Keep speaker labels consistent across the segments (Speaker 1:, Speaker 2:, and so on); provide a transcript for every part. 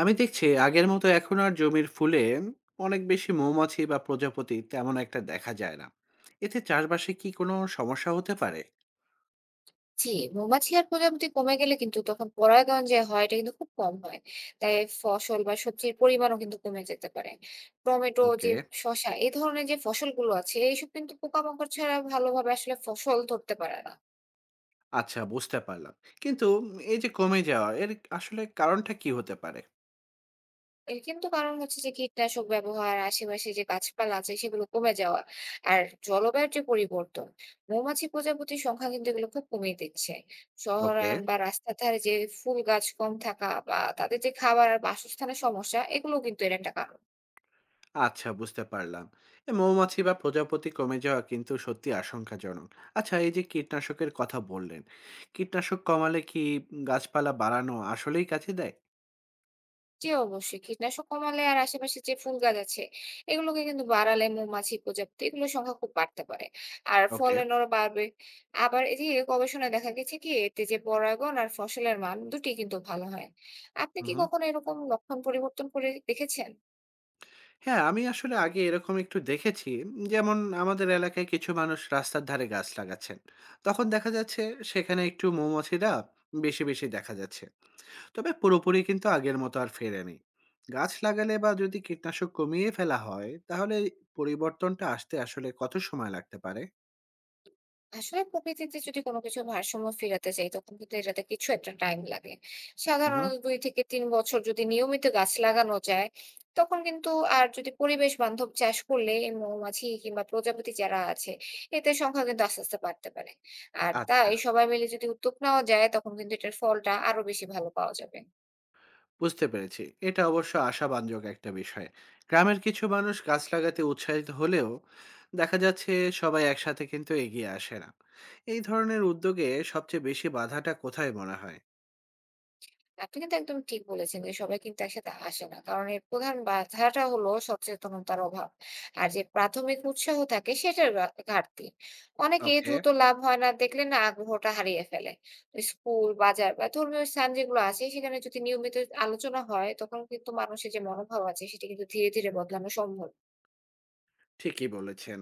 Speaker 1: আমি দেখছি আগের মতো এখন আর জমির ফুলে অনেক বেশি মৌমাছি বা প্রজাপতি তেমন একটা দেখা যায় না। এতে চাষবাসে কি কোনো সমস্যা হতে পারে?
Speaker 2: জি, মৌমাছি আর প্রজাপতি কমে গেলে কিন্তু তখন পরাগায়ন যে হয় এটা কিন্তু খুব কম হয় তাই ফসল বা সবজির পরিমাণও কিন্তু কমে যেতে পারে টমেটো যে
Speaker 1: ওকে।
Speaker 2: শসা এই ধরনের যে ফসলগুলো আছে এইসব কিন্তু পোকামাকড় ছাড়া ভালোভাবে আসলে ফসল ধরতে পারে না।
Speaker 1: আচ্ছা, বুঝতে পারলাম। কিন্তু এই যে কমে যাওয়া, এর আসলে কারণটা কি হতে পারে?
Speaker 2: এর কিন্তু কারণ হচ্ছে যে কীটনাশক ব্যবহার, আশেপাশে যে গাছপালা আছে সেগুলো কমে যাওয়া, আর জলবায়ুর যে পরিবর্তন, মৌমাছি প্রজাপতির সংখ্যা কিন্তু এগুলো খুব কমিয়ে দিচ্ছে।
Speaker 1: ওকে।
Speaker 2: শহরায়ন বা রাস্তার ধারে যে ফুল গাছ কম থাকা বা তাদের যে খাবার আর বাসস্থানের সমস্যা, এগুলোও কিন্তু এর একটা কারণ।
Speaker 1: আচ্ছা, বুঝতে পারলাম। এ মৌমাছি বা প্রজাপতি কমে যাওয়া কিন্তু সত্যি আশঙ্কাজনক। আচ্ছা, এই যে কীটনাশকের কথা বললেন, কীটনাশক কমালে কি গাছপালা বাড়ানো আসলেই কাছে দেয়?
Speaker 2: জি অবশ্যই। কীটনাশক কমালে আর আশেপাশে যে ফুল গাছ আছে, এগুলোকে কিন্তু বাড়ালে মৌমাছি, প্রজাপতি এগুলোর সংখ্যা খুব বাড়তে পারে। আর
Speaker 1: ওকে।
Speaker 2: ফলনেরও বাড়বে। আবার এই যে গবেষণায় দেখা গেছে কি এতে যে পরাগন আর ফসলের মান দুটোই কিন্তু ভালো হয়। আপনি
Speaker 1: হুম
Speaker 2: কি
Speaker 1: হুম।
Speaker 2: কখনো এরকম লক্ষণ পরিবর্তন করে দেখেছেন?
Speaker 1: হ্যাঁ, আমি আসলে আগে এরকম একটু দেখেছি। যেমন আমাদের এলাকায় কিছু মানুষ রাস্তার ধারে গাছ লাগাচ্ছেন। তখন দেখা যাচ্ছে সেখানে একটু মৌমাছিরা বেশি, বেশি দেখা যাচ্ছে। তবে পুরোপুরি কিন্তু আগের মতো আর ফেরেনি। গাছ লাগালে বা যদি কীটনাশক কমিয়ে ফেলা হয়, তাহলে পরিবর্তনটা আসতে আসলে কত সময় লাগতে পারে?
Speaker 2: আসলে প্রকৃতিতে যদি কোনো কিছু ভারসাম্য ফেরাতে চাই তখন কিন্তু এটাতে কিছু একটা টাইম লাগে।
Speaker 1: হুম, হুম।
Speaker 2: সাধারণত ২-৩ বছর যদি নিয়মিত গাছ লাগানো যায় তখন কিন্তু আর যদি পরিবেশ বান্ধব চাষ করলে এই মৌমাছি কিংবা প্রজাপতি যারা আছে এদের সংখ্যা কিন্তু আস্তে আস্তে বাড়তে পারে। আর
Speaker 1: আচ্ছা।
Speaker 2: তাই সবাই মিলে যদি উদ্যোগ নেওয়া যায় তখন কিন্তু এটার ফলটা আরো বেশি ভালো পাওয়া যাবে।
Speaker 1: বুঝতে পেরেছি। এটা অবশ্য আশাব্যঞ্জক একটা বিষয়। গ্রামের কিছু মানুষ গাছ লাগাতে উৎসাহিত হলেও দেখা যাচ্ছে সবাই একসাথে কিন্তু এগিয়ে আসে না। এই ধরনের উদ্যোগে সবচেয়ে বেশি বাধাটা কোথায় মনে হয়?
Speaker 2: আপনি কিন্তু একদম ঠিক বলেছেন যে সবাই কিন্তু একসাথে আসে না, কারণ এর প্রধান বাধাটা হলো সচেতনতার অভাব আর যে প্রাথমিক উৎসাহ থাকে সেটার ঘাটতি। অনেকে
Speaker 1: ওকে।
Speaker 2: দ্রুত লাভ হয় না দেখলে না আগ্রহটা হারিয়ে ফেলে। তো স্কুল বাজার বা ধর্মীয় স্থান যেগুলো আছে সেখানে যদি নিয়মিত আলোচনা হয় তখন কিন্তু মানুষের যে মনোভাব আছে সেটা কিন্তু ধীরে ধীরে বদলানো সম্ভব।
Speaker 1: ঠিকই বলেছেন।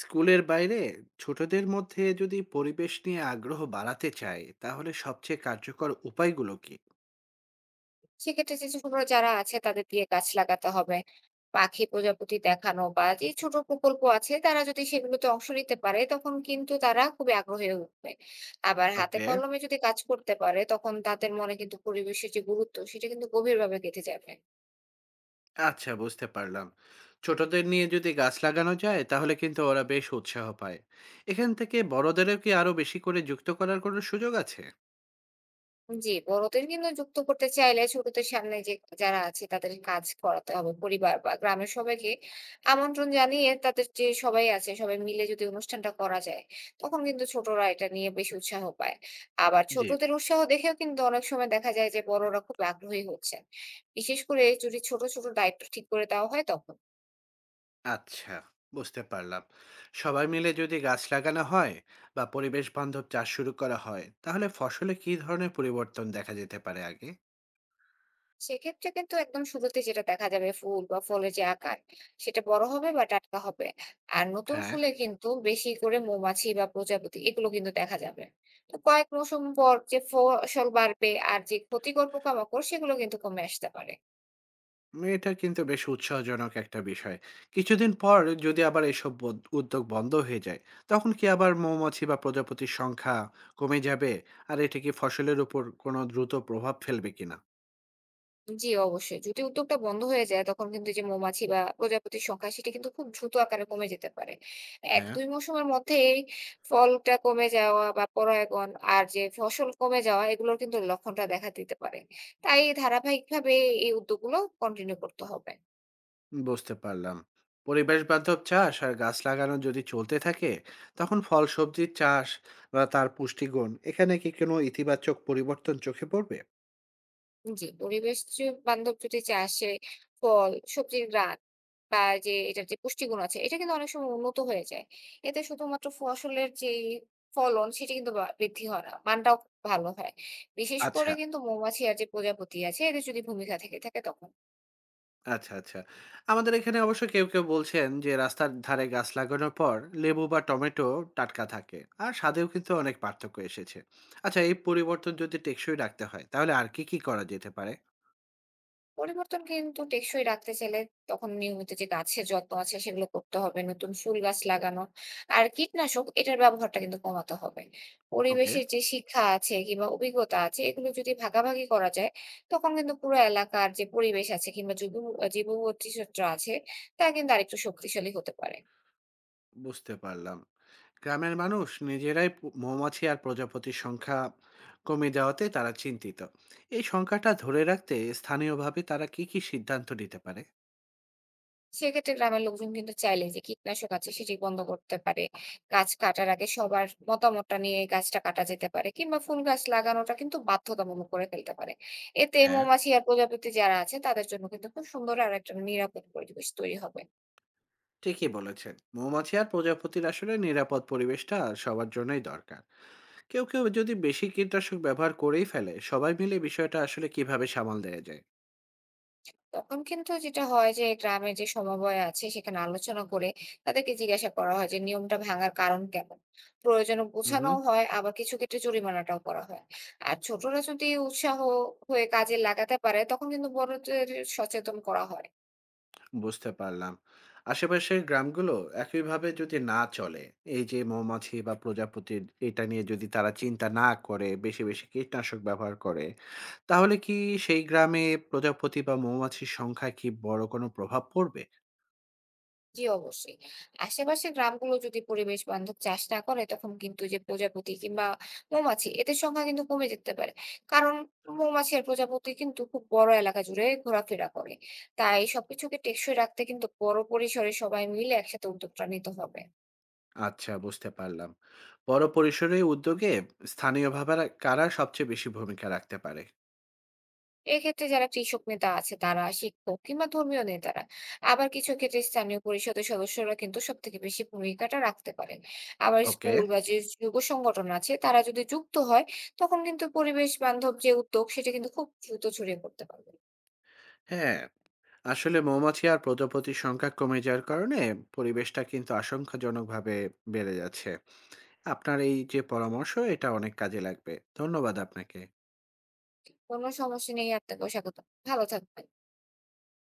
Speaker 1: স্কুলের বাইরে ছোটদের মধ্যে যদি পরিবেশ নিয়ে আগ্রহ বাড়াতে চায়, তাহলে সবচেয়ে কার্যকর উপায়গুলো কি?
Speaker 2: সেক্ষেত্রে যে ছোটরা যারা আছে তাদের দিয়ে গাছ লাগাতে হবে। পাখি প্রজাপতি দেখানো বা যে ছোট প্রকল্প আছে তারা যদি সেগুলোতে অংশ নিতে পারে তখন কিন্তু তারা খুবই আগ্রহী হয়ে উঠবে। আবার হাতে
Speaker 1: ওকে।
Speaker 2: কলমে যদি কাজ করতে পারে তখন তাদের মনে কিন্তু পরিবেশের যে গুরুত্ব সেটা কিন্তু গভীরভাবে গেঁথে যাবে।
Speaker 1: আচ্ছা, বুঝতে পারলাম। ছোটদের নিয়ে যদি গাছ লাগানো যায় তাহলে কিন্তু ওরা বেশ উৎসাহ পায়। এখান থেকে বড়দেরও কি আরো বেশি করে যুক্ত করার কোনো সুযোগ আছে?
Speaker 2: জি, বড়দের কিন্তু যুক্ত করতে চাইলে ছোটদের সামনে যে যারা আছে তাদের কাজ করাতে হবে। পরিবার বা গ্রামের সবাইকে আমন্ত্রণ জানিয়ে তাদের যে সবাই আছে সবাই মিলে যদি অনুষ্ঠানটা করা যায়, তখন কিন্তু ছোটরা এটা নিয়ে বেশি উৎসাহ পায়। আবার
Speaker 1: জি।
Speaker 2: ছোটদের উৎসাহ দেখেও কিন্তু অনেক সময় দেখা যায় যে বড়রা খুব আগ্রহী হচ্ছেন। বিশেষ করে যদি ছোট, ছোট দায়িত্ব ঠিক করে দেওয়া হয় তখন।
Speaker 1: আচ্ছা, বুঝতে পারলাম। সবাই মিলে যদি গাছ লাগানো হয় বা পরিবেশ বান্ধব চাষ শুরু করা হয়, তাহলে ফসলে কি ধরনের পরিবর্তন দেখা যেতে পারে আগে?
Speaker 2: সেক্ষেত্রে কিন্তু একদম শুরুতে যেটা দেখা যাবে ফুল বা ফলের যে আকার সেটা বড় হবে বা টাটকা হবে। আর নতুন
Speaker 1: হ্যাঁ।
Speaker 2: ফুলে কিন্তু বেশি করে মৌমাছি বা প্রজাপতি এগুলো কিন্তু দেখা যাবে। তো কয়েক মৌসুম পর যে ফসল বাড়বে আর যে ক্ষতিকর পোকামাকড় সেগুলো কিন্তু কমে আসতে পারে।
Speaker 1: এটা কিন্তু বেশ উৎসাহজনক একটা বিষয়। কিছুদিন পর যদি আবার এসব বদ উদ্যোগ বন্ধ হয়ে যায়, তখন কি আবার মৌমাছি বা প্রজাপতির সংখ্যা কমে যাবে? আর এটা কি ফসলের উপর কোনো দ্রুত প্রভাব ফেলবে কিনা?
Speaker 2: জি অবশ্যই। যদি উদ্যোগটা বন্ধ হয়ে যায় তখন কিন্তু এই যে মৌমাছি বা প্রজাপতির সংখ্যা সেটা কিন্তু খুব দ্রুত আকারে কমে যেতে পারে।
Speaker 1: হ্যাঁ।
Speaker 2: ১-২ মৌসুমের মধ্যেই ফলটা কমে যাওয়া বা পরাগায়ন আর যে ফসল কমে যাওয়া এগুলোর কিন্তু লক্ষণটা দেখা দিতে পারে। তাই ধারাবাহিকভাবে এই উদ্যোগগুলো কন্টিনিউ করতে হবে।
Speaker 1: বুঝতে পারলাম। পরিবেশ বান্ধব চাষ আর গাছ লাগানো যদি চলতে থাকে, তখন ফল সবজির চাষ বা তার পুষ্টিগুণ এখানে কি কোনো ইতিবাচক পরিবর্তন চোখে পড়বে?
Speaker 2: জি, পরিবেশ বান্ধব যদি চাষে ফল, সবজির গ্রান বা যে এটার যে পুষ্টিগুণ আছে, এটা কিন্তু অনেক সময় উন্নত হয়ে যায়। এতে শুধুমাত্র ফসলের যেই ফলন সেটি কিন্তু বা বৃদ্ধি হয় না, মানটাও ভালো হয়। বিশেষ করে
Speaker 1: আচ্ছা।
Speaker 2: কিন্তু মৌমাছি আর যে প্রজাপতি আছে, এদের যদি ভূমিকা থেকে থাকে তখন।
Speaker 1: আচ্ছা, আচ্ছা। আমাদের এখানে অবশ্য কেউ, কেউ বলছেন যে রাস্তার ধারে গাছ লাগানোর পর লেবু বা টমেটো টাটকা থাকে। আর স্বাদেও কিন্তু অনেক পার্থক্য এসেছে। আচ্ছা, এই পরিবর্তন যদি টেকসই রাখতে হয় তাহলে আর কি, কি করা যেতে পারে?
Speaker 2: পরিবর্তন কিন্তু টেকসই রাখতে চাইলে তখন নিয়মিত যে গাছের যত্ন আছে সেগুলো করতে হবে, নতুন ফুল গাছ লাগানো আর কীটনাশক এটার ব্যবহারটা কিন্তু কমাতে হবে।
Speaker 1: ওকে।
Speaker 2: পরিবেশের যে শিক্ষা আছে কিংবা অভিজ্ঞতা আছে এগুলো যদি ভাগাভাগি করা যায় তখন কিন্তু পুরো এলাকার যে পরিবেশ আছে কিংবা জৈব জৈব বৈচিত্র্য আছে তা কিন্তু আরেকটু শক্তিশালী হতে পারে।
Speaker 1: বুঝতে পারলাম। গ্রামের মানুষ নিজেরাই মৌমাছি আর প্রজাপতির সংখ্যা কমে যাওয়াতে তারা চিন্তিত। এই সংখ্যাটা ধরে রাখতে স্থানীয়ভাবে তারা কি, কি সিদ্ধান্ত নিতে পারে?
Speaker 2: সেক্ষেত্রে গ্রামের লোকজন কিন্তু চাইলে যে কীটনাশক আছে সেটি বন্ধ করতে পারে। গাছ কাটার আগে সবার মতামতটা নিয়ে গাছটা কাটা যেতে পারে কিংবা ফুল গাছ লাগানোটা কিন্তু বাধ্যতামূলক করে ফেলতে পারে। এতে
Speaker 1: হ্যাঁ।
Speaker 2: মৌমাছি আর প্রজাপতি যারা আছে তাদের জন্য কিন্তু খুব সুন্দর আর একটা নিরাপদ পরিবেশ তৈরি হবে।
Speaker 1: ঠিকই বলেছেন। মৌমাছি আর প্রজাপতির আসলে নিরাপদ পরিবেশটা সবার জন্যই দরকার। কেউ কেউ যদি বেশি কীটনাশক ব্যবহার করেই ফেলে, সবাই মিলে বিষয়টা আসলে কিভাবে সামাল দেওয়া যায়?
Speaker 2: তখন কিন্তু যেটা হয় যে গ্রামের যে সমবায় আছে সেখানে আলোচনা করে তাদেরকে জিজ্ঞাসা করা হয় যে নিয়মটা ভাঙার কারণ কেমন। প্রয়োজনে
Speaker 1: হুম
Speaker 2: বোঝানো
Speaker 1: হুম।
Speaker 2: হয়, আবার কিছু ক্ষেত্রে জরিমানাটাও করা হয়। আর ছোটরা যদি উৎসাহ হয়ে কাজে লাগাতে পারে তখন কিন্তু বড়দের সচেতন করা হয়।
Speaker 1: বুঝতে পারলাম। আশেপাশের গ্রামগুলো একইভাবে যদি না চলে, এই যে মৌমাছি বা প্রজাপতির, এটা নিয়ে যদি তারা চিন্তা না করে বেশি বেশি কীটনাশক ব্যবহার করে, তাহলে কি সেই গ্রামে প্রজাপতি বা মৌমাছির সংখ্যা কি বড় কোনো প্রভাব পড়বে?
Speaker 2: জি অবশ্যই। আশেপাশের গ্রামগুলো যদি পরিবেশ বান্ধব চাষ না করে তখন কিন্তু যে প্রজাপতি কিংবা মৌমাছি এদের সংখ্যা কিন্তু কমে যেতে পারে। কারণ মৌমাছি আর প্রজাপতি কিন্তু খুব বড় এলাকা জুড়ে ঘোরাফেরা করে। তাই সবকিছুকে টেকসই রাখতে কিন্তু বড় পরিসরে সবাই মিলে একসাথে উদ্যোগটা নিতে হবে।
Speaker 1: আচ্ছা, বুঝতে পারলাম। বড় পরিসরে উদ্যোগে স্থানীয়ভাবে কারা সবচেয়ে বেশি ভূমিকা রাখতে পারে?
Speaker 2: এক্ষেত্রে যারা কৃষক নেতা আছে তারা, শিক্ষক কিংবা ধর্মীয় নেতারা, আবার কিছু ক্ষেত্রে স্থানীয় পরিষদের সদস্যরা কিন্তু সব থেকে বেশি ভূমিকাটা রাখতে পারেন। আবার
Speaker 1: ওকে।
Speaker 2: স্কুল বা যে যুব সংগঠন আছে তারা যদি যুক্ত হয় তখন কিন্তু পরিবেশ বান্ধব যে উদ্যোগ সেটা কিন্তু খুব দ্রুত ছড়িয়ে পড়তে পারবে।
Speaker 1: হ্যাঁ, আসলে মৌমাছি আর প্রজাপতির সংখ্যা কমে যাওয়ার কারণে পরিবেশটা কিন্তু আশঙ্কাজনকভাবে বেড়ে যাচ্ছে। আপনার এই যে পরামর্শ, এটা অনেক কাজে লাগবে। ধন্যবাদ আপনাকে।
Speaker 2: কোনো সমস্যা নেই, আপনাকেও স্বাগত। ভালো থাকবেন।